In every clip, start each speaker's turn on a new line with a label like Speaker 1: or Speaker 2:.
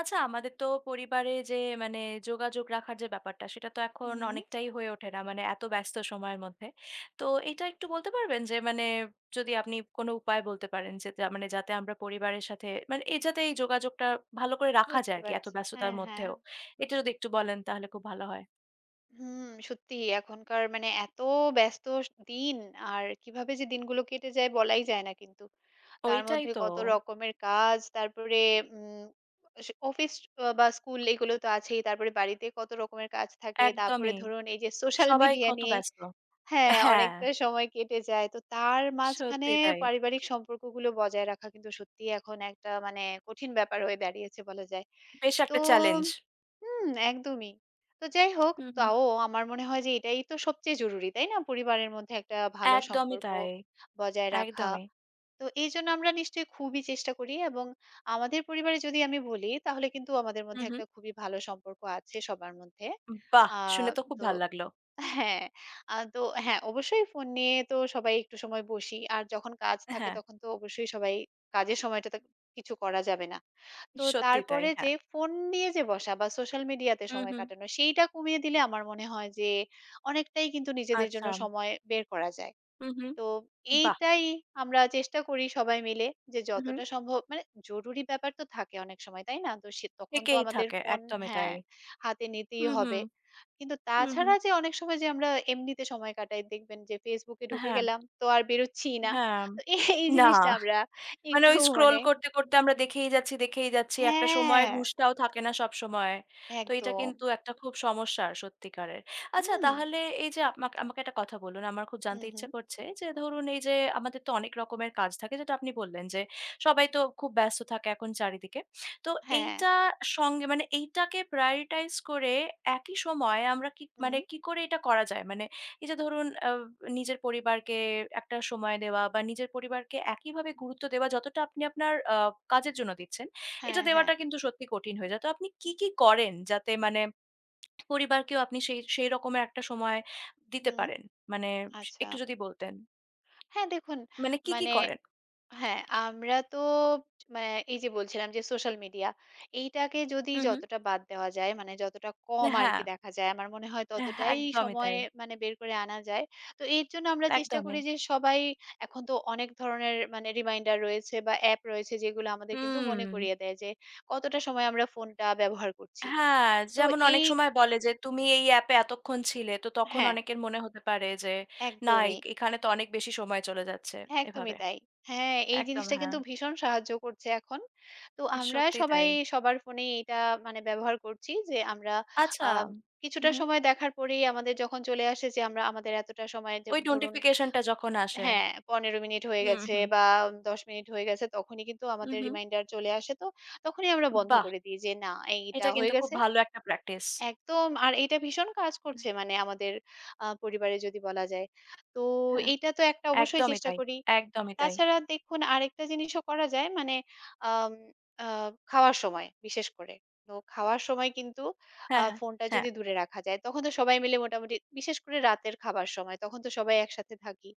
Speaker 1: আচ্ছা, আমাদের তো পরিবারে যে মানে যোগাযোগ রাখার যে ব্যাপারটা সেটা তো এখন
Speaker 2: হুম,
Speaker 1: অনেকটাই হয়ে ওঠে না, মানে এত ব্যস্ত সময়ের মধ্যে। তো এটা একটু বলতে পারবেন যে মানে যদি আপনি কোনো উপায় বলতে পারেন যে মানে যাতে আমরা পরিবারের সাথে মানে এই যাতে এই যোগাযোগটা ভালো করে রাখা যায়
Speaker 2: বুঝতে
Speaker 1: আর কি, এত
Speaker 2: পারছি।
Speaker 1: ব্যস্ততার
Speaker 2: হ্যাঁ, হ্যাঁ।
Speaker 1: মধ্যেও? এটা যদি একটু বলেন তাহলে খুব ভালো হয়।
Speaker 2: হুম, সত্যিই এখনকার এত ব্যস্ত স দিন আর কিভাবে যে দিনগুলো কেটে যায় বলাই যায় না কিন্তু। তার
Speaker 1: ওইটাই
Speaker 2: মধ্যে
Speaker 1: তো।
Speaker 2: কত রকমের কাজ, তারপরে উম সে অফিস বা স্কুল এগুলো তো আছেই। তারপরে বাড়িতে কত রকমের কাজ থাকে। তারপরে
Speaker 1: একদমই,
Speaker 2: ধরুন এই যে সোশ্যাল
Speaker 1: সবাই
Speaker 2: মিডিয়া
Speaker 1: কত
Speaker 2: নিয়ে
Speaker 1: ব্যস্ত।
Speaker 2: হ্যাঁ,
Speaker 1: হ্যাঁ,
Speaker 2: অনেকটা সময় কেটে যায়। তো তার মাঝখানে
Speaker 1: সত্যি তাই।
Speaker 2: পারিবারিক সম্পর্কগুলো বজায় রাখা কিন্তু সত্যিই এখন একটা কঠিন ব্যাপার হয়ে দাঁড়িয়েছে বলা যায়।
Speaker 1: বেশ
Speaker 2: তো
Speaker 1: একটা চ্যালেঞ্জ।
Speaker 2: হুম, একদমই। তো যাই হোক,
Speaker 1: হুম হুম।
Speaker 2: তাও আমার মনে হয় যে এটাই তো সবচেয়ে জরুরি, তাই না? পরিবারের মধ্যে একটা ভালো
Speaker 1: একদমই
Speaker 2: সম্পর্ক
Speaker 1: তাই।
Speaker 2: বজায় রাখা।
Speaker 1: একদমই।
Speaker 2: তো এইজন্য আমরা নিশ্চয়ই খুবই চেষ্টা করি এবং আমাদের পরিবারে যদি আমি বলি, তাহলে কিন্তু আমাদের
Speaker 1: হুম
Speaker 2: মধ্যে
Speaker 1: হুম।
Speaker 2: একটা খুবই ভালো সম্পর্ক আছে সবার মধ্যে।
Speaker 1: বাহ!
Speaker 2: আ
Speaker 1: শুনে তো খুব
Speaker 2: তো
Speaker 1: ভাল লাগলো।
Speaker 2: হ্যাঁ, আ তো হ্যাঁ, অবশ্যই ফোন নিয়ে তো সবাই একটু সময় বসি। আর যখন কাজ থাকে
Speaker 1: হ্যাঁ,
Speaker 2: তখন তো অবশ্যই সবাই কাজের সময়টাতে কিছু করা যাবে না। তো
Speaker 1: সত্যি তাই।
Speaker 2: তারপরে
Speaker 1: হ্যাঁ।
Speaker 2: যে ফোন নিয়ে যে বসা বা সোশ্যাল মিডিয়াতে
Speaker 1: হুম,
Speaker 2: সময়
Speaker 1: হুম।
Speaker 2: কাটানো সেইটা কমিয়ে দিলে আমার মনে হয় যে অনেকটাই কিন্তু নিজেদের জন্য
Speaker 1: আচ্ছা।
Speaker 2: সময় বের করা যায়।
Speaker 1: হুম, হুম।
Speaker 2: তো
Speaker 1: বাহ!
Speaker 2: এইটাই আমরা চেষ্টা করি সবাই মিলে যে
Speaker 1: হু, হুম।
Speaker 2: যতটা সম্ভব জরুরি ব্যাপার তো থাকে অনেক সময়, তাই না? তো সে তখন তো
Speaker 1: থেকেই
Speaker 2: আমাদের
Speaker 1: থাকে।
Speaker 2: ফোন
Speaker 1: একদমই তাই।
Speaker 2: হ্যাঁ, হাতে নিতেই
Speaker 1: হুম, হুম।
Speaker 2: হবে। কিন্তু
Speaker 1: হুম, হুম।
Speaker 2: তাছাড়া যে অনেক সময় যে আমরা এমনিতে সময় কাটাই দেখবেন যে Facebook এ ঢুকে
Speaker 1: হ্যাঁ,
Speaker 2: গেলাম তো আর বেরোচ্ছিই না।
Speaker 1: হ্যাঁ।
Speaker 2: তো এই এই
Speaker 1: না।
Speaker 2: জিনিসটা আমরা
Speaker 1: মানে
Speaker 2: একটু
Speaker 1: ওই স্ক্রল
Speaker 2: মানে
Speaker 1: করতে, করতে আমরা দেখেই যাচ্ছি, দেখেই যাচ্ছি। একটা সময়ের
Speaker 2: হ্যাঁ,
Speaker 1: হুঁশটাও থাকে না সবসময়। তো এটা
Speaker 2: একদম।
Speaker 1: কিন্তু একটা খুব সমস্যার, সত্যিকারের। আচ্ছা,
Speaker 2: হুম,
Speaker 1: তাহলে এই যে আমাকে আমাকে একটা কথা বলুন। আমার খুব
Speaker 2: হু,
Speaker 1: জানতে
Speaker 2: হু।
Speaker 1: ইচ্ছে করছে যে ধরুন এই যে আমাদের তো অনেক রকমের কাজ থাকে, যেটা আপনি বললেন, যে সবাই তো খুব ব্যস্ত থাকে এখন চারিদিকে। তো
Speaker 2: হ্যাঁ।
Speaker 1: এইটা সঙ্গে মানে এইটাকে prioritize করে একই সময়ে আমরা কি মানে
Speaker 2: হুম।
Speaker 1: কি করে এটা করা যায়? মানে এই যে ধরুন নিজের পরিবারকে একটা সময় দেওয়া বা নিজের পরিবারকে একইভাবে গুরুত্ব দেওয়া যতটা আপনি আপনার কাজের জন্য দিচ্ছেন, এটা
Speaker 2: হ্যাঁ, হ্যাঁ।
Speaker 1: দেওয়াটা কিন্তু সত্যি কঠিন হয়ে যায়। তো আপনি কি করেন যাতে মানে পরিবারকেও আপনি সেই সেই রকমের একটা সময় দিতে
Speaker 2: হুম।
Speaker 1: পারেন? মানে
Speaker 2: আচ্ছা।
Speaker 1: একটু যদি বলতেন।
Speaker 2: হ্যাঁ, দেখুন
Speaker 1: মানে কি
Speaker 2: মানে
Speaker 1: করেন?
Speaker 2: হ্যাঁ, আমরা তো এই যে বলছিলাম যে সোশ্যাল মিডিয়া এইটাকে যদি
Speaker 1: হুম, হুম।
Speaker 2: যতটা বাদ দেওয়া যায় যতটা কম
Speaker 1: হ্যাঁ,
Speaker 2: আরকি দেখা যায় আমার মনে হয়
Speaker 1: হ্যাঁ,
Speaker 2: ততটাই
Speaker 1: একদমই
Speaker 2: সময়
Speaker 1: তাই।
Speaker 2: বের করে আনা যায়। তো এর জন্য আমরা চেষ্টা করি
Speaker 1: একদমই।
Speaker 2: যে সবাই এখন তো অনেক ধরনের রিমাইন্ডার রয়েছে বা অ্যাপ রয়েছে যেগুলো আমাদের কিন্তু
Speaker 1: হুম।
Speaker 2: মনে করিয়ে দেয় যে কতটা সময় আমরা ফোনটা ব্যবহার করছি।
Speaker 1: হ্যাঁ,
Speaker 2: তো
Speaker 1: যেমন
Speaker 2: এই
Speaker 1: অনেক সময় বলে যে, "তুমি এই অ্যাপে এতক্ষণ ছিলে।" তো তখন
Speaker 2: হ্যাঁ,
Speaker 1: অনেকের মনে হতে পারে যে, "না,
Speaker 2: একদমই।
Speaker 1: এখানে তো অনেক বেশি সময় চলে যাচ্ছে।"
Speaker 2: একদমই
Speaker 1: এভাবে।
Speaker 2: তাই। হ্যাঁ, এই
Speaker 1: একদম
Speaker 2: জিনিসটা
Speaker 1: হ্যাঁ,
Speaker 2: কিন্তু ভীষণ সাহায্য করছে এখন। তো আমরা
Speaker 1: সত্যিই
Speaker 2: সবাই
Speaker 1: তাই।
Speaker 2: সবার ফোনেই এটা ব্যবহার করছি যে আমরা
Speaker 1: আচ্ছা।
Speaker 2: আ
Speaker 1: হুম,
Speaker 2: কিছুটা
Speaker 1: হুম।
Speaker 2: সময় দেখার পরেই আমাদের যখন চলে আসে যে আমরা আমাদের এতটা সময় যে
Speaker 1: ওই
Speaker 2: ধরুন
Speaker 1: নোটিফিকেশন টা যখন আসে।
Speaker 2: হ্যাঁ, ১৫ মিনিট হয়ে
Speaker 1: হুম,
Speaker 2: গেছে
Speaker 1: হুম,
Speaker 2: বা ১০ মিনিট হয়ে গেছে তখনই কিন্তু
Speaker 1: হুম,
Speaker 2: আমাদের
Speaker 1: হুম।
Speaker 2: রিমাইন্ডার চলে আসে। তো তখনই আমরা বন্ধ
Speaker 1: বাহ!
Speaker 2: করে দিই যে না এইটা
Speaker 1: এটা
Speaker 2: হয়ে
Speaker 1: কিন্তু খুব
Speaker 2: গেছে।
Speaker 1: ভালো একটা প্র্যাকটিস।
Speaker 2: একদম আর এটা ভীষণ কাজ করছে আমাদের পরিবারে যদি বলা যায়। তো
Speaker 1: হ্যাঁ,
Speaker 2: এইটা তো একটা অবশ্যই
Speaker 1: একদমই
Speaker 2: চেষ্টা
Speaker 1: তাই,
Speaker 2: করি।
Speaker 1: একদমই তাই।
Speaker 2: তাছাড়া দেখুন আরেকটা জিনিসও করা যায় মানে আম আ খাওয়ার সময় বিশেষ করে। তো খাওয়ার সময় কিন্তু
Speaker 1: হ্যাঁ, হ্যাঁ,
Speaker 2: ফোনটা
Speaker 1: হ্যাঁ,
Speaker 2: যদি দূরে রাখা যায়, তখন তো সবাই মিলে মোটামুটি বিশেষ করে রাতের খাবার সময়, তখন তো সবাই একসাথে থাকি।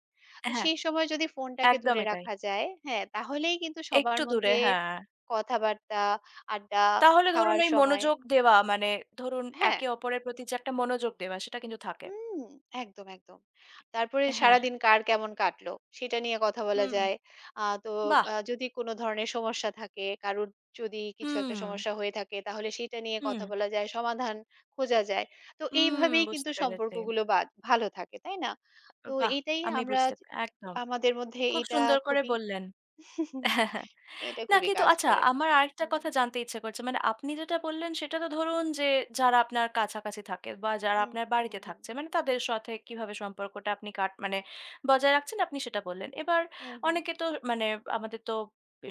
Speaker 2: তো
Speaker 1: হ্যাঁ,
Speaker 2: সেই সময় যদি ফোনটাকে দূরে
Speaker 1: একদমই তাই।
Speaker 2: রাখা যায়, হ্যাঁ? তাহলেই কিন্তু সবার
Speaker 1: একটু দূরে,
Speaker 2: মধ্যে
Speaker 1: হ্যাঁ।
Speaker 2: কথাবার্তা, আড্ডা,
Speaker 1: তাহলে ধরুন
Speaker 2: খাওয়ার
Speaker 1: ওই
Speaker 2: সময়
Speaker 1: মনোযোগ দেওয়া মানে ধরুন
Speaker 2: হ্যাঁ?
Speaker 1: একে অপরের প্রতি যে একটা মনোযোগ দেওয়া সেটা কিন্তু থাকে।
Speaker 2: হুম, একদম, একদম। তারপরে
Speaker 1: হ্যাঁ, হ্যাঁ।
Speaker 2: সারাদিন কার কেমন কাটলো সেটা নিয়ে কথা বলা
Speaker 1: হুম,
Speaker 2: যায়। আ তো
Speaker 1: বাহ!
Speaker 2: আ যদি কোন ধরনের সমস্যা থাকে, কারোর যদি কিছু একটা
Speaker 1: হুম,
Speaker 2: সমস্যা হয়ে থাকে তাহলে সেটা নিয়ে
Speaker 1: হুম,
Speaker 2: কথা বলা যায়, সমাধান খোঁজা যায়। তো
Speaker 1: হুম,
Speaker 2: এইভাবেই কিন্তু
Speaker 1: বুঝতে পেরেছি।
Speaker 2: সম্পর্কগুলো বাদ ভালো থাকে, তাই না? তো
Speaker 1: বাহ!
Speaker 2: এইটাই
Speaker 1: আমি
Speaker 2: আমরা
Speaker 1: একদম।
Speaker 2: আমাদের মধ্যে
Speaker 1: খুব
Speaker 2: এটা
Speaker 1: সুন্দর করে
Speaker 2: খুবই
Speaker 1: বললেন।
Speaker 2: এটা
Speaker 1: না
Speaker 2: খুবই
Speaker 1: কিন্তু,
Speaker 2: কাজ
Speaker 1: আচ্ছা,
Speaker 2: করে।
Speaker 1: আমার আরেকটা
Speaker 2: হুম,
Speaker 1: কথা জানতে ইচ্ছে করছে। মানে আপনি যেটা বললেন সেটা তো ধরুন যে যারা আপনার কাছাকাছি থাকে বা যারা
Speaker 2: হুম,
Speaker 1: আপনার
Speaker 2: হুম,
Speaker 1: বাড়িতে
Speaker 2: হুম,
Speaker 1: থাকছে মানে তাদের সাথে কিভাবে সম্পর্কটা আপনি মানে বজায় রাখছেন আপনি, সেটা বললেন। এবার
Speaker 2: হুম, হুম।
Speaker 1: অনেকে তো মানে আমাদের তো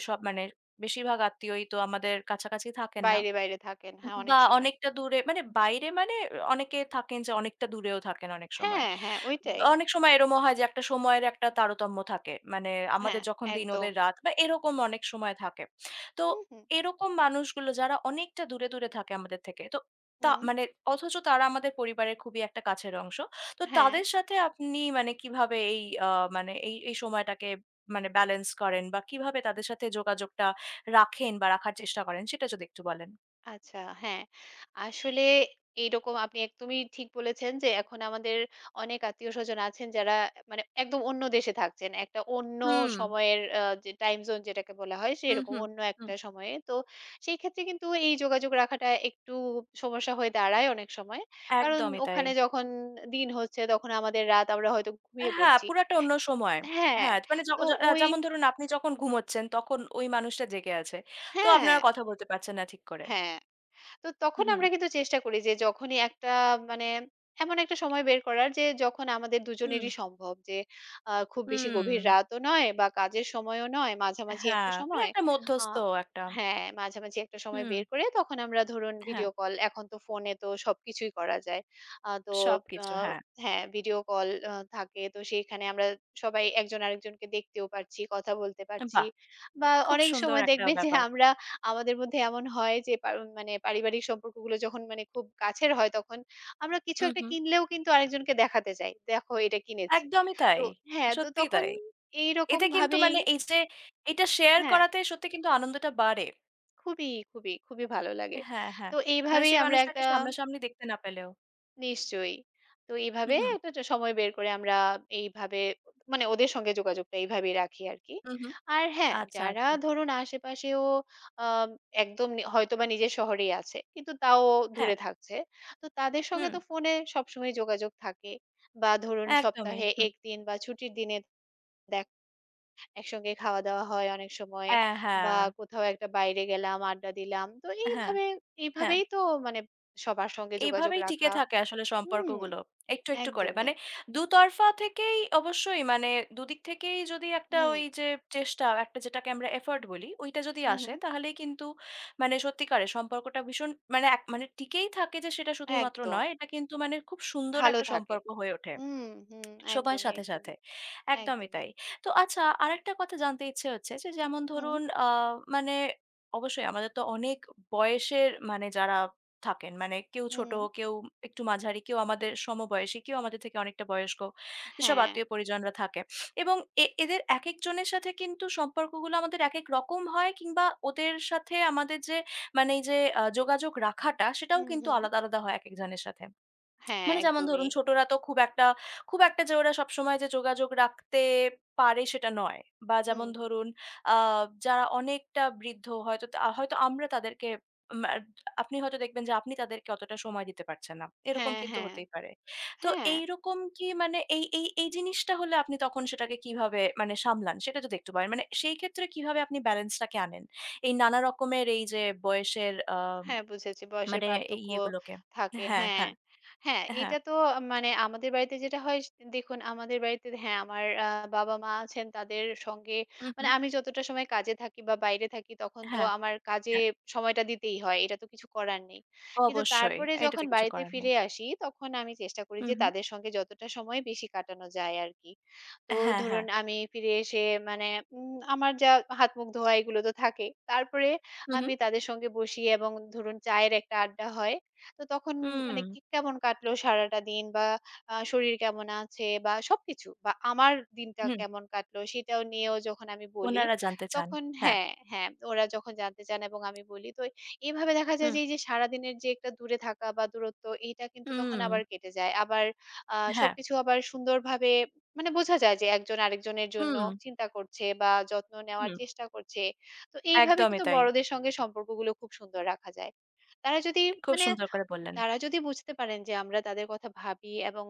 Speaker 1: সব মানে বেশিরভাগ আত্মীয়ই তো আমাদের কাছাকাছি থাকেন না।
Speaker 2: বাইরে, বাইরে থাকেন। হ্যাঁ, অনেক
Speaker 1: বা
Speaker 2: সময়।
Speaker 1: অনেকটা দূরে মানে বাইরে মানে অনেকে থাকেন যে অনেকটা দূরেও থাকেন অনেক সময়।
Speaker 2: হ্যাঁ, হ্যাঁ, ওইটাই।
Speaker 1: অনেক সময় এরকমও হয় যে একটা সময়ের একটা তারতম্য থাকে। মানে আমাদের
Speaker 2: হ্যাঁ,
Speaker 1: যখন দিন,
Speaker 2: একদম।
Speaker 1: ওদের রাত বা এরকম অনেক সময় থাকে। তো
Speaker 2: হুম, হুম,
Speaker 1: এরকম মানুষগুলো যারা অনেকটা দূরে, দূরে থাকে আমাদের থেকে। তো তা
Speaker 2: হুম।
Speaker 1: মানে অথচ তারা আমাদের পরিবারের খুবই একটা কাছের অংশ। তো
Speaker 2: হ্যাঁ,
Speaker 1: তাদের সাথে আপনি মানে কিভাবে এই আ মানে এই সময়টাকে মানে ব্যালেন্স করেন বা কিভাবে তাদের সাথে যোগাযোগটা রাখেন বা রাখার চেষ্টা করেন সেটা যদি একটু বলেন?
Speaker 2: আচ্ছা হ্যাঁ। আসলে এইরকম আপনি একদমই ঠিক বলেছেন যে এখন আমাদের অনেক আত্মীয়স্বজন আছেন যারা একদম অন্য দেশে থাকছেন। একটা অন্য
Speaker 1: হুম,
Speaker 2: সময়ের যে টাইম জোন যেটাকে বলা হয়
Speaker 1: হুম,
Speaker 2: সেরকম
Speaker 1: হুম,
Speaker 2: অন্য
Speaker 1: হুম।
Speaker 2: একটা সময়ে। তো সেই ক্ষেত্রে কিন্তু এই যোগাযোগ রাখাটা একটু সমস্যা হয়ে দাঁড়ায় অনেক সময়। কারণ
Speaker 1: একদমই তাই।
Speaker 2: ওখানে যখন দিন হচ্ছে তখন আমাদের রাত আমরা হয়তো ঘুমিয়ে
Speaker 1: হ্যাঁ,
Speaker 2: পড়ছি।
Speaker 1: পুরাটা অন্য সময়।
Speaker 2: হ্যাঁ,
Speaker 1: হ্যাঁ, মানে য
Speaker 2: তো
Speaker 1: য আহ,
Speaker 2: ওই
Speaker 1: যেমন ধরুন আপনি যখন ঘুমোচ্ছেন তখন ওই মানুষটা জেগে আছে। তো
Speaker 2: হ্যাঁ,
Speaker 1: আপনারা কথা বলতে পারছেন না ঠিক করে।
Speaker 2: হ্যাঁ। তো তখন
Speaker 1: হুম।
Speaker 2: আমরা কিন্তু চেষ্টা করি যে যখনই একটা মানে এমন একটা সময় বের করার যে যখন আমাদের
Speaker 1: হুম,
Speaker 2: দুজনেরই সম্ভব যে খুব বেশি
Speaker 1: হুম।
Speaker 2: গভীর রাতও নয় বা কাজের সময়ও নয় মাঝামাঝি একটা
Speaker 1: হ্যাঁ, মানে
Speaker 2: সময়
Speaker 1: একটা মধ্যস্থ
Speaker 2: আহ,
Speaker 1: একটা।
Speaker 2: হ্যাঁ মাঝামাঝি একটা সময়
Speaker 1: হুম,
Speaker 2: বের করে তখন আমরা ধরুন
Speaker 1: হ্যাঁ,
Speaker 2: ভিডিও কল এখন তো ফোনে তো সবকিছুই করা যায় আহ, তো
Speaker 1: সবকিছু
Speaker 2: আহ,
Speaker 1: হ্যাঁ।
Speaker 2: হ্যাঁ ভিডিও কল থাকে তো সেইখানে আমরা সবাই একজন আরেকজনকে দেখতেও পারছি কথা বলতে পারছি
Speaker 1: বাহ!
Speaker 2: বা
Speaker 1: খুব
Speaker 2: অনেক
Speaker 1: সুন্দর
Speaker 2: সময়
Speaker 1: একটা
Speaker 2: দেখবে যে
Speaker 1: ব্যাপার।
Speaker 2: আমরা আমাদের মধ্যে এমন হয় যে পারিবারিক সম্পর্কগুলো যখন খুব কাছের হয় তখন আমরা কিছু
Speaker 1: উম
Speaker 2: একটা
Speaker 1: হুম।
Speaker 2: কিনলেও কিন্তু আরেকজনকে দেখাতে চাই। দেখো এটা কিনেছি।
Speaker 1: একদমই
Speaker 2: তো
Speaker 1: তাই।
Speaker 2: হ্যাঁ, তো
Speaker 1: সত্যিই
Speaker 2: তখন
Speaker 1: তাই।
Speaker 2: এইরকম
Speaker 1: এতে কিন্তু
Speaker 2: ভাবেই
Speaker 1: মানে এই যে এটা শেয়ার
Speaker 2: হ্যাঁ,
Speaker 1: করাতে সত্যি কিন্তু আনন্দটা বাড়ে।
Speaker 2: খুবই, খুবই, খুবই ভালো লাগে।
Speaker 1: হ্যাঁ, হ্যাঁ।
Speaker 2: তো
Speaker 1: মানে
Speaker 2: এইভাবেই
Speaker 1: সেই
Speaker 2: আমরা একটা
Speaker 1: মানুষটাকে সামনাসামনি দেখতে না পেলেও।
Speaker 2: নিশ্চয়ই। তো এইভাবে
Speaker 1: উহুম।
Speaker 2: একটা জ সময় বের করে আমরা এইভাবে ওদের সঙ্গে যোগাযোগটা এইভাবেই রাখি আরকি।
Speaker 1: উম হুম।
Speaker 2: আর হ্যাঁ,
Speaker 1: আচ্ছা,
Speaker 2: যারা
Speaker 1: আচ্ছা।
Speaker 2: ধরুন আশেপাশেও আম একদম নি হয়তোবা নিজের শহরেই আছে। কিন্তু তাও
Speaker 1: হ্যাঁ।
Speaker 2: দূরে থাকছে। তো তাদের সঙ্গে
Speaker 1: হুম।
Speaker 2: তো ফোনে সবসময় যোগাযোগ থাকে। বা ধরুন
Speaker 1: একদমই।
Speaker 2: সপ্তাহে
Speaker 1: হুম।
Speaker 2: ১ দিন বা ছুটির দিনে দেখ একসঙ্গে খাওয়া-দাওয়া হয় অনেক সময়।
Speaker 1: অ্যা হ্যাঁ,
Speaker 2: বা কোথাও একটা বাইরে গেলাম, আড্ডা দিলাম। তো
Speaker 1: হ্যাঁ,
Speaker 2: এইভাবে
Speaker 1: হ্যাঁ।
Speaker 2: এইভাবেই তো মানে সবার সঙ্গে যোগাযোগ
Speaker 1: এইভাবেই টিকে
Speaker 2: রাখা।
Speaker 1: থাকে আসলে
Speaker 2: হুম।
Speaker 1: সম্পর্কগুলো। একটু, একটু করে।
Speaker 2: একদমই।
Speaker 1: মানে দুতরফা থেকেই অবশ্যই মানে দুদিক থেকেই যদি একটা
Speaker 2: হুম,
Speaker 1: ওই যে চেষ্টা, একটা যেটাকে আমরা এফোর্ট বলি, ওইটা যদি
Speaker 2: হুম,
Speaker 1: আসে
Speaker 2: হুম।
Speaker 1: তাহলেই কিন্তু মানে সত্যিকারের সম্পর্কটা ভীষণ মানে এক মানে টিকেই থাকে, যে সেটা শুধুমাত্র
Speaker 2: একদম।
Speaker 1: নয়। এটা কিন্তু মানে খুব সুন্দর
Speaker 2: ভালো
Speaker 1: একটা
Speaker 2: থাকে।
Speaker 1: সম্পর্ক হয়ে ওঠে।
Speaker 2: হুম, হুম।
Speaker 1: সময়ের
Speaker 2: একদমই,
Speaker 1: সাথে, সাথে।
Speaker 2: একদমই,
Speaker 1: একদমই
Speaker 2: একদমই।
Speaker 1: তাই। তো আচ্ছা, আরেকটা কথা জানতে ইচ্ছে হচ্ছে, যে যেমন
Speaker 2: হুম,
Speaker 1: ধরুন মানে অবশ্যই আমাদের তো অনেক বয়সের মানে যারা থাকেন মানে কেউ ছোট,
Speaker 2: হুম।
Speaker 1: কেউ একটু মাঝারি, কেউ আমাদের সমবয়সী, কেউ আমাদের থেকে অনেকটা বয়স্ক, যেসব
Speaker 2: হ্যাঁ।
Speaker 1: আত্মীয়-পরিজনরা থাকে, এবং এদের একেকজনের সাথে কিন্তু সম্পর্কগুলো আমাদের একেক রকম হয় কিংবা ওদের সাথে আমাদের যে মানে এই যে যোগাযোগ রাখাটা সেটাও
Speaker 2: হুম,
Speaker 1: কিন্তু
Speaker 2: হুম।
Speaker 1: আলাদা, আলাদা হয় একেকজনের সাথে।
Speaker 2: হ্যাঁ,
Speaker 1: মানে যেমন
Speaker 2: একদমই।
Speaker 1: ধরুন ছোটরা তো খুব একটা যে ওরা সবসময় যে যোগাযোগ রাখতে পারে সেটা নয়। বা
Speaker 2: হুম।
Speaker 1: যেমন ধরুন আ যারা অনেকটা বৃদ্ধ, হয়তো তা হয়তো আমরা তাদেরকে ম্যা আপনি হয়তো দেখবেন যে আপনি তাদেরকে অতটা সময় দিতে পারছেন না। এরকম
Speaker 2: হ্যাঁ,
Speaker 1: কিন্তু
Speaker 2: হ্যাঁ।
Speaker 1: হতেই পারে। তো
Speaker 2: হ্যাঁ।
Speaker 1: এইরকম কি মানে এই জিনিসটা হলে আপনি তখন সেটাকে কিভাবে মানে সামলান সেটা যদি একটু বলেন। মানে সেই ক্ষেত্রে কিভাবে আপনি ব্যালেন্স টাকে আনেন? এই নানা রকমের এই যে বয়সের
Speaker 2: হ্যাঁ, বুঝেছি। বয়সের
Speaker 1: মানে এই
Speaker 2: পার্থক্য
Speaker 1: ইয়েগুলোকে।
Speaker 2: থাকে।
Speaker 1: হ্যাঁ,
Speaker 2: হ্যাঁ,
Speaker 1: হ্যাঁ,
Speaker 2: হ্যাঁ,
Speaker 1: হ্যাঁ।
Speaker 2: এটা তো আমাদের বাড়িতে যেটা হয় স দেখুন আমাদের বাড়িতে হ্যাঁ, আমার বাবা-মা আছেন তাদের সঙ্গে
Speaker 1: উহু।
Speaker 2: আমি যতটা সময় কাজে থাকি বা বাইরে থাকি তখন তো
Speaker 1: হ্যাঁ,
Speaker 2: আমার কাজে
Speaker 1: হ্যাঁ,
Speaker 2: সময়টা দিতেই হয়। এটা তো কিছু করার নেই। কিন্তু
Speaker 1: অবশ্যই।
Speaker 2: তারপরে
Speaker 1: এটা
Speaker 2: যখন
Speaker 1: তো কিছু
Speaker 2: বাড়িতে
Speaker 1: করার নেই।
Speaker 2: ফিরে আসি তখন আমি চেষ্টা করি
Speaker 1: হুম,
Speaker 2: যে
Speaker 1: হুম।
Speaker 2: তাদের সঙ্গে যতটা সময় বেশি কাটানো যায় আরকি। তো
Speaker 1: হ্যাঁ,
Speaker 2: ধরুন
Speaker 1: হ্যাঁ।
Speaker 2: আমি ফিরে এসে মানে উম আমার যা হাত মুখ ধোয়া এগুলো তো থাকে। তারপরে
Speaker 1: হুম, হুম।
Speaker 2: আমি তাদের সঙ্গে বসি এবং ধরুন চায়ের একটা আড্ডা হয়। তো তখন
Speaker 1: হুম।
Speaker 2: কি কেমন কাটলো সারাটা দিন বা শরীর কেমন আছে বা সবকিছু বা আমার দিনটা
Speaker 1: হুম,
Speaker 2: কেমন কাটলো সেটাও নিয়েও যখন আমি বলি,
Speaker 1: উনারা জানতে চান।
Speaker 2: তখন
Speaker 1: হ্যাঁ।
Speaker 2: হ্যাঁ, হ্যাঁ, ওরা যখন জানতে চান এবং আমি বলি তো এভাবে দেখা যায়
Speaker 1: হুম,
Speaker 2: যে এই যে সারাদিনের যে একটা দূরে থাকা বা দূরত্ব এইটা কিন্তু তখন
Speaker 1: হুম।
Speaker 2: আবার কেটে যায়। আবার
Speaker 1: হ্যাঁ।
Speaker 2: সবকিছু আবার সুন্দরভাবে বোঝা যায় যে একজন আরেকজনের জন্য
Speaker 1: হুম।
Speaker 2: চিন্তা করছে বা যত্ন নেওয়ার
Speaker 1: হুম,
Speaker 2: চেষ্টা করছে। তো এইভাবে
Speaker 1: একদমই
Speaker 2: কিন্তু
Speaker 1: তাই।
Speaker 2: বড়দের সঙ্গে সম্পর্কগুলো খুব সুন্দর রাখা যায়। তারা যদি
Speaker 1: খুব
Speaker 2: মানে
Speaker 1: সুন্দর করে বললেন।
Speaker 2: তারা যদি বুঝতে পারেন যে আমরা তাদের কথা ভাবি এবং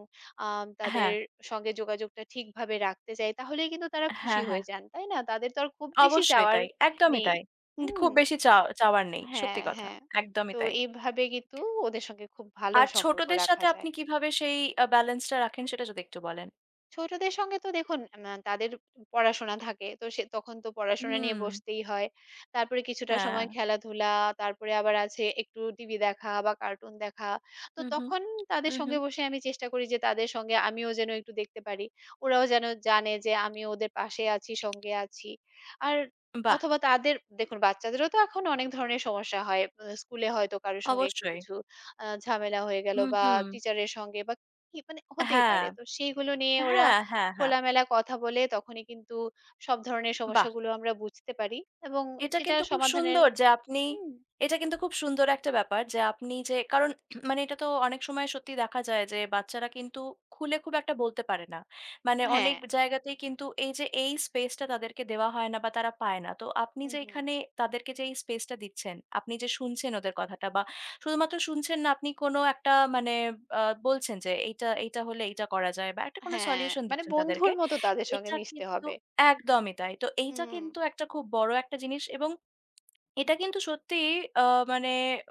Speaker 2: তাদের
Speaker 1: হ্যাঁ,
Speaker 2: সঙ্গে যোগাযোগটা ঠিকভাবে রাখতে চাই তাহলেই কিন্তু তারা খুশি
Speaker 1: হ্যাঁ, হ্যাঁ।
Speaker 2: হয়ে যান। তাই না? তাদের তো আর খুব বেশি
Speaker 1: অবশ্যই
Speaker 2: চাওয়ার
Speaker 1: তাই। একদমই
Speaker 2: নেই।
Speaker 1: তাই। উম
Speaker 2: হুম,
Speaker 1: খুব বেশি চাওয়ার নেই।
Speaker 2: হ্যাঁ,
Speaker 1: সত্যি কথা।
Speaker 2: হ্যাঁ।
Speaker 1: একদমই
Speaker 2: তো
Speaker 1: তাই।
Speaker 2: এইভাবে কিন্তু ওদের সঙ্গে খুব ভালো
Speaker 1: আর
Speaker 2: সম্পর্ক
Speaker 1: ছোটদের
Speaker 2: রাখা
Speaker 1: সাথে
Speaker 2: যায়।
Speaker 1: আপনি কিভাবে সেই ব্যালেন্সটা রাখেন সেটা যদি একটু বলেন?
Speaker 2: ছোটদের সঙ্গে তো দেখুন তাদের পড়াশোনা থাকে। তো সে তখন তো পড়াশোনা নিয়ে
Speaker 1: হুম।
Speaker 2: বসতেই হয়। তারপরে কিছুটা
Speaker 1: হ্যাঁ।
Speaker 2: সময় খেলাধুলা, তারপরে আবার আছে একটু টিভি দেখা বা কার্টুন দেখা। তো
Speaker 1: হুম, হুম।
Speaker 2: তখন তাদের
Speaker 1: হুম,
Speaker 2: সঙ্গে
Speaker 1: হুম।
Speaker 2: বসে আমি চেষ্টা করি যে তাদের সঙ্গে আমিও যেন একটু দেখতে পারি। ওরাও যেন জানে যে আমিও ওদের পাশে আছি, সঙ্গে আছি। আর
Speaker 1: বাহ!
Speaker 2: অথবা তাদের দেখুন বাচ্চাদেরও তো এখন অনেক ধরনের সমস্যা হয়। স্কুলে হয়তো কারো সঙ্গে একটু
Speaker 1: অবশ্যই।
Speaker 2: কিছু ঝামেলা হয়ে গেল
Speaker 1: হুম,
Speaker 2: বা
Speaker 1: হুম।
Speaker 2: টিচারের সঙ্গে কি হতেই
Speaker 1: হ্যাঁ।
Speaker 2: পারে। তো সেইগুলো নিয়ে ওরা
Speaker 1: হ্যাঁ, হ্যাঁ, হ্যাঁ।
Speaker 2: খোলামেলা কথা বলে তখনই কিন্তু সব ধরনের
Speaker 1: বাহ!
Speaker 2: সমস্যাগুলো আমরা বুঝতে পারি এবং
Speaker 1: এটা
Speaker 2: সেটা
Speaker 1: কিন্তু খুব
Speaker 2: সমাধানের
Speaker 1: সুন্দর যে আপনি।
Speaker 2: হুম,
Speaker 1: এটা কিন্তু খুব সুন্দর একটা ব্যাপার যে আপনি যে, কারণ মানে এটা তো অনেক সময় সত্যি দেখা যায় যে বাচ্চারা কিন্তু খুলে খুব একটা বলতে পারে না। মানে
Speaker 2: হ্যাঁ।
Speaker 1: অনেক জায়গাতেই কিন্তু এই যে এই স্পেসটা তাদেরকে দেওয়া হয় না বা তারা পায় না। তো আপনি
Speaker 2: হুম,
Speaker 1: যে
Speaker 2: হুম।
Speaker 1: এখানে তাদেরকে যে এই স্পেসটা দিচ্ছেন, আপনি যে শুনছেন ওদের কথাটা বা শুধুমাত্র শুনছেন না, আপনি কোনো একটা মানে আ বলছেন যে এইটা, এইটা হলে এইটা করা যায় বা একটা কোনো
Speaker 2: হ্যাঁ,
Speaker 1: সলিউশন দিচ্ছেন
Speaker 2: বন্ধুর
Speaker 1: তাদেরকে।
Speaker 2: মতো তাদের সঙ্গে
Speaker 1: এটা
Speaker 2: মিশতে
Speaker 1: কিন্তু
Speaker 2: হবে।
Speaker 1: একদমই তাই। তো এইটা
Speaker 2: হুম।
Speaker 1: কিন্তু একটা খুব বড় একটা জিনিস, এবং এটা কিন্তু সত্যিই আ মানে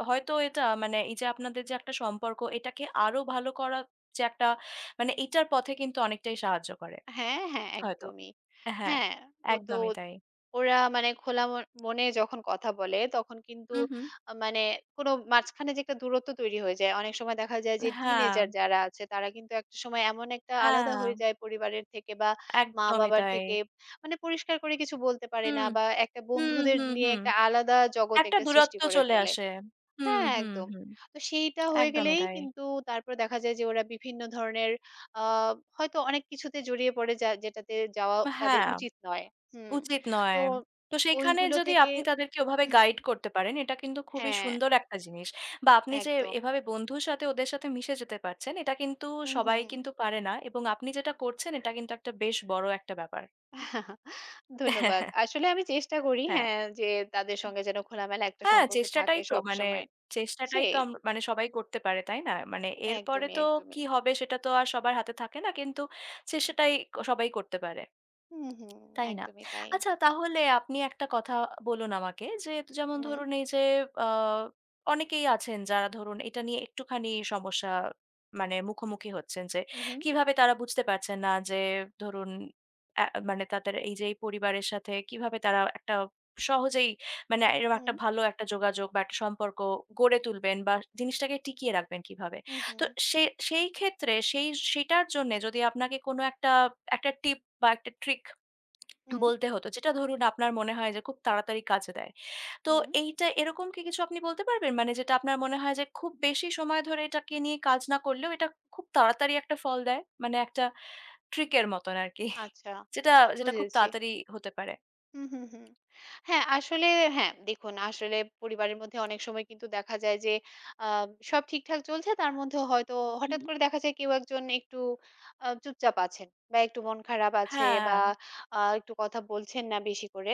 Speaker 1: হয়তো এটা মানে এই যে আপনাদের যে একটা সম্পর্ক এটাকে আরো ভালো করা যে একটা মানে এটার পথে কিন্তু অনেকটাই সাহায্য করে।
Speaker 2: হ্যাঁ, হ্যাঁ,
Speaker 1: হয়তো।
Speaker 2: একদমই।
Speaker 1: হ্যাঁ,
Speaker 2: হ্যাঁ, ও তো
Speaker 1: একদমই তাই।
Speaker 2: ওরা খোলা মন মনে যখন কথা বলে তখন কিন্তু
Speaker 1: হু, হুম।
Speaker 2: আ মানে কোনো মাঝখানে যে একটা দূরত্ব তৈরি হয়ে যায়। অনেক সময় দেখা যায় যে
Speaker 1: হ্যাঁ,
Speaker 2: টিনেজার যারা আছে তারা কিন্তু একটা সময় এমন একটা আলাদা
Speaker 1: হ্যাঁ,
Speaker 2: হয়ে যায় পরিবারের থেকে বা
Speaker 1: একদমই
Speaker 2: মা-বাবার
Speaker 1: তাই।
Speaker 2: থেকে। পরিষ্কার করে কিছু বলতে পারে না
Speaker 1: হুম,
Speaker 2: বা একটা
Speaker 1: হুম,
Speaker 2: বন্ধুদের
Speaker 1: হুম,
Speaker 2: নিয়ে
Speaker 1: হুম।
Speaker 2: একটা আলাদা জগৎ
Speaker 1: একটা
Speaker 2: একটা সৃষ্টি
Speaker 1: দূরত্ব
Speaker 2: করে
Speaker 1: চলে
Speaker 2: ফেলে।
Speaker 1: আসে। হুম,
Speaker 2: হ্যাঁ,
Speaker 1: হুম,
Speaker 2: একদম।
Speaker 1: হুম।
Speaker 2: তো সেইটা হয়ে
Speaker 1: একদমই
Speaker 2: গেলেই
Speaker 1: তাই।
Speaker 2: কিন্তু তারপরে দেখা যায় যে ওরা বিভিন্ন ধরনের আ হয়তো অনেক কিছুতে জড়িয়ে পড়ে যেটাতে যাওয়া তাদের
Speaker 1: হ্যাঁ।
Speaker 2: উচিত নয়। হুম।
Speaker 1: উচিত
Speaker 2: তো
Speaker 1: নয়। তো সেইখানে
Speaker 2: ওইগুলো
Speaker 1: যদি
Speaker 2: থেকে
Speaker 1: আপনি তাদেরকে ওভাবে
Speaker 2: হুম,
Speaker 1: গাইড করতে পারেন, এটা কিন্তু খুবই
Speaker 2: হ্যাঁ,
Speaker 1: সুন্দর একটা জিনিস। বা আপনি যে
Speaker 2: একদম।
Speaker 1: এভাবে বন্ধুর সাথে ওদের সাথে মিশে যেতে পারছেন, এটা কিন্তু
Speaker 2: হুম,
Speaker 1: সবাই
Speaker 2: হুম।
Speaker 1: কিন্তু পারে না, এবং আপনি যেটা করছেন এটা কিন্তু একটা বেশ বড় একটা ব্যাপার।
Speaker 2: ধন্যবাদ। আসলে আমি চেষ্টা করি
Speaker 1: হ্যাঁ।
Speaker 2: হ্যাঁ, যে তাদের সঙ্গে যেন খোলামেলা একটা
Speaker 1: হ্যাঁ,
Speaker 2: সম্পর্ক থাকে
Speaker 1: চেষ্টাটাই তো মানে
Speaker 2: সবসময়।
Speaker 1: চেষ্টাটাই তো
Speaker 2: সেই।
Speaker 1: মানে সবাই করতে পারে, তাই না? মানে এরপরে
Speaker 2: একদমই,
Speaker 1: তো
Speaker 2: একদমই।
Speaker 1: কি হবে সেটা তো আর সবার হাতে থাকে না। কিন্তু চেষ্টাটাই সবাই করতে পারে।
Speaker 2: হুম, হুম।
Speaker 1: তাই না?
Speaker 2: একদমই তাই।
Speaker 1: আচ্ছা, তাহলে আপনি একটা কথা বলুন আমাকে, যে যেমন
Speaker 2: হুম,
Speaker 1: ধরুন এই যে আ অনেকেই আছেন যারা ধরুন এটা নিয়ে একটুখানি সমস্যা মানে মুখোমুখি হচ্ছেন, যে
Speaker 2: উহু,
Speaker 1: কিভাবে তারা বুঝতে পারছেন না যে ধরুন মানে তাদের এই যে এই পরিবারের সাথে কিভাবে তারা একটা সহজেই মানে এরকম একটা
Speaker 2: হুম,
Speaker 1: ভালো একটা যোগাযোগ বা একটা সম্পর্ক গড়ে তুলবেন বা জিনিসটাকে টিকিয়ে রাখবেন কিভাবে?
Speaker 2: উহু,
Speaker 1: তো সে সেই ক্ষেত্রে সেই সেটার জন্যে যদি আপনাকে কোনো একটা, একটা টিপ বা একটা ট্রিক
Speaker 2: হুম, হুম।
Speaker 1: বলতে হতো। যেটা ধরুন আপনার মনে হয় যে খুব তাড়াতাড়ি কাজে দেয়। তো
Speaker 2: হুম
Speaker 1: এইটা এরকম কি কিছু আপনি বলতে পারবেন? মানে যেটা আপনার মনে হয় যে খুব বেশি সময় ধরে এটাকে নিয়ে কাজ না করলেও এটা খুব তাড়াতাড়ি একটা ফল দেয়। মানে একটা ট্রিক এর মতন আরকি।
Speaker 2: আচ্ছা।
Speaker 1: যেটা, যেটা খুব
Speaker 2: বুঝেছি।
Speaker 1: তাড়াতাড়ি হতে পারে।
Speaker 2: হুম, হুম, হুম। হ্যাঁ, আসলে হ্যাঁ, দেখুন আসলে পরিবারের মধ্যে অনেক সময় কিন্তু দেখা যায় যে আ সব ঠিকঠাক চলছে তার মধ্যেও হয়তো হঠাৎ
Speaker 1: উহু।
Speaker 2: করে দেখা যায় কেউ একজন একটু চুপচাপ আছেন বা একটু মন খারাপ আছে
Speaker 1: হ্যাঁ,
Speaker 2: বা একটু কথা বলছেন না বেশি করে।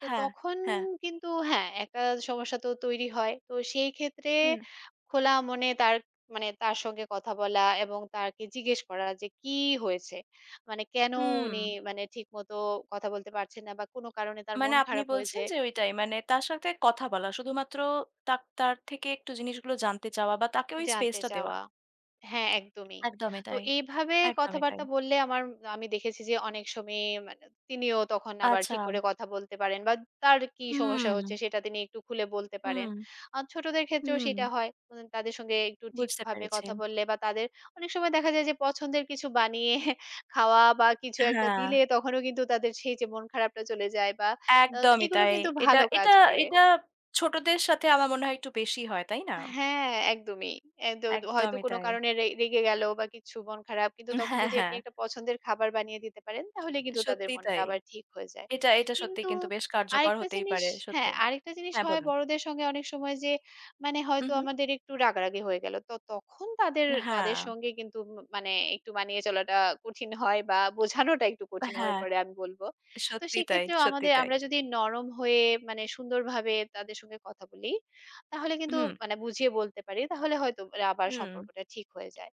Speaker 2: তো
Speaker 1: হ্যাঁ,
Speaker 2: তখন
Speaker 1: হ্যাঁ।
Speaker 2: কিন্তু হ্যাঁ, একটা সমস্যা তো তৈরি হয়। তো সেই ক্ষেত্রে
Speaker 1: হুম,
Speaker 2: খোলা মনে তার সঙ্গে কথা বলা এবং তাকে জিজ্ঞেস করা যে কি হয়েছে? কেন
Speaker 1: হুম।
Speaker 2: উনি ঠিকমতো কথা বলতে পারছেন না বা কোনো কারণে তার
Speaker 1: মানে
Speaker 2: মন
Speaker 1: আপনি
Speaker 2: খারাপ হয়েছে
Speaker 1: বলছেন যে ওইটাই। মানে তার সাথে কথা বলা। শুধুমাত্র তা তার থেকে একটু জিনিসগুলো জানতে চাওয়া বা তাকে ওই
Speaker 2: জানতে
Speaker 1: স্পেসটা দেওয়া।
Speaker 2: চাওয়া। হ্যাঁ, একদমই।
Speaker 1: একদমই
Speaker 2: তো
Speaker 1: তাই,
Speaker 2: এইভাবে
Speaker 1: একদমই তাই।
Speaker 2: কথাবার্তা বললে আমি দেখেছি যে অনেক সময়ে তিনিও তখন আবার
Speaker 1: আচ্ছা।
Speaker 2: ঠিক করে কথা বলতে পারেন বা তার কি সমস্যা হচ্ছে
Speaker 1: হুম।
Speaker 2: সেটা তিনি একটু খুলে বলতে পারেন।
Speaker 1: হুম,
Speaker 2: আর ছোটদের ক্ষেত্রেও
Speaker 1: হুম,
Speaker 2: সেটা হয়। তাদের সঙ্গে একটু
Speaker 1: বুঝতে
Speaker 2: ঠিকভাবে
Speaker 1: পেরেছি।
Speaker 2: কথা বললে বা তাদের অনেক সময় দেখা যায় যে পছন্দের কিছু বানিয়ে খাওয়া বা কিছু একটা
Speaker 1: হ্যাঁ,
Speaker 2: দিলে তখনও কিন্তু তাদের সেই যে মন খারাপটা চলে যায় বা তো
Speaker 1: একদমই
Speaker 2: এগুলো
Speaker 1: তাই।
Speaker 2: কিন্তু
Speaker 1: এটা
Speaker 2: ভালো কাজ
Speaker 1: এটা
Speaker 2: করে।
Speaker 1: এটা ছোটদের সাথে আমার মনে হয় একটু বেশি হয়, তাই না?
Speaker 2: হ্যাঁ, একদমই। এদ হয়তো
Speaker 1: একদমই
Speaker 2: কোনো
Speaker 1: তাই।
Speaker 2: কারণে রেগে গেল বা কিছু মন খারাপ। কিন্তু তখন
Speaker 1: হ্যাঁ,
Speaker 2: যদি আপনি
Speaker 1: হ্যাঁ,
Speaker 2: একটা পছন্দের খাবার বানিয়ে দিতে পারেন তাহলে কিন্তু তাদের
Speaker 1: সত্যিই
Speaker 2: মনটা
Speaker 1: তাই।
Speaker 2: আবার ঠিক হয়ে যায়।
Speaker 1: এটা এটা সত্যিই
Speaker 2: কিন্তু
Speaker 1: কিন্তু বেশ কার্যকর
Speaker 2: আরেকটা
Speaker 1: হতেই
Speaker 2: জিনিস
Speaker 1: পারে,
Speaker 2: হ্যাঁ,
Speaker 1: সত্যি।
Speaker 2: আরেকটা জিনিস
Speaker 1: হ্যাঁ,
Speaker 2: হয়
Speaker 1: বলুন।
Speaker 2: বড়দের সঙ্গে অনেক সময় যে হয়তো
Speaker 1: উহু।
Speaker 2: আমাদের একটু রাগারাগি হয়ে গেল। তো তখন তাদের
Speaker 1: হ্যাঁ,
Speaker 2: তাদের সঙ্গে কিন্তু ম মানে একটু মানিয়ে চলাটা কঠিন হয় বা বোঝানোটা একটু কঠিন হয়ে
Speaker 1: হ্যাঁ,
Speaker 2: পড়ে আমি বলব। তো
Speaker 1: সত্যিই তাই,
Speaker 2: সেক্ষেত্রেও
Speaker 1: সত্যিই তাই।
Speaker 2: আমরা যদি নরম হয়ে সুন্দরভাবে তাদের সঙ্গে কথা বলি তাহলে কিন্তু
Speaker 1: হুম,
Speaker 2: বুঝিয়ে বলতে পারি। তাহলে হয়তো আবার
Speaker 1: হুম।
Speaker 2: সম্পর্কটা ঠিক হয়ে যায়।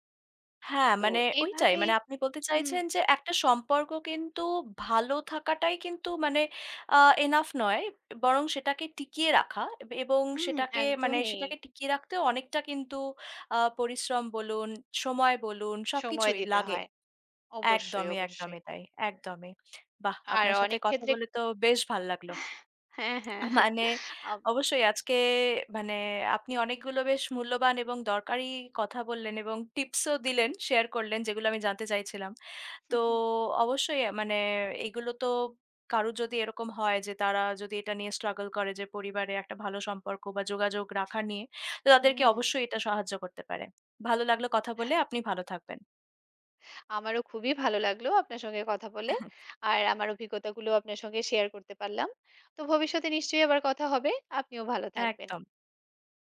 Speaker 1: হ্যাঁ,
Speaker 2: তো
Speaker 1: মানে ওইটাই।
Speaker 2: এইভাবেই
Speaker 1: মানে আপনি বলতে
Speaker 2: হুম,
Speaker 1: চাইছেন যে একটা সম্পর্ক কিন্তু ভালো থাকাটাই কিন্তু মানে আ এনাফ নয়। বরং সেটাকে টিকিয়ে রাখা এবং
Speaker 2: হুম,
Speaker 1: সেটাকে মানে
Speaker 2: একদমই
Speaker 1: সেটাকে টিকিয়ে রাখতেও অনেকটা কিন্তু পরিশ্রম বলুন, সময় বলুন,
Speaker 2: সময়
Speaker 1: সবকিছুই
Speaker 2: দিতে
Speaker 1: লাগে।
Speaker 2: হয়। অবশ্যই,
Speaker 1: একদমই,
Speaker 2: অবশ্যই।
Speaker 1: একদমই তাই। একদমই। বাহ!
Speaker 2: আর
Speaker 1: আপনার সাথে
Speaker 2: অনেক
Speaker 1: কথা
Speaker 2: ক্ষেত্রে
Speaker 1: বলে তো বেশ ভাল লাগলো।
Speaker 2: হ্যাঁ, হ্যাঁ।
Speaker 1: মানে
Speaker 2: আম
Speaker 1: অবশ্যই আজকে মানে আপনি অনেকগুলো বেশ মূল্যবান এবং দরকারি কথা বললেন এবং টিপসও দিলেন, শেয়ার করলেন, যেগুলো আমি জানতে চাইছিলাম। তো অবশ্যই মানে এগুলো তো কারো যদি এরকম হয় যে তারা যদি এটা নিয়ে struggle করে, যে পরিবারে একটা ভালো সম্পর্ক বা যোগাযোগ রাখা নিয়ে, তো তাদেরকে
Speaker 2: হুম,
Speaker 1: অবশ্যই এটা সাহায্য করতে পারে। ভালো লাগলো কথা বলে, আপনি ভালো থাকবেন।
Speaker 2: আমারও খুবই ভালো লাগলো আপনার সঙ্গে কথা বলে। আর আমার অভিজ্ঞতাগুলো আপনার সঙ্গে শেয়ার করতে পারলাম। তো ভবিষ্যতে নিশ্চয়ই আবার কথা হবে। আপনিও ভালো থাকবেন।
Speaker 1: একদম।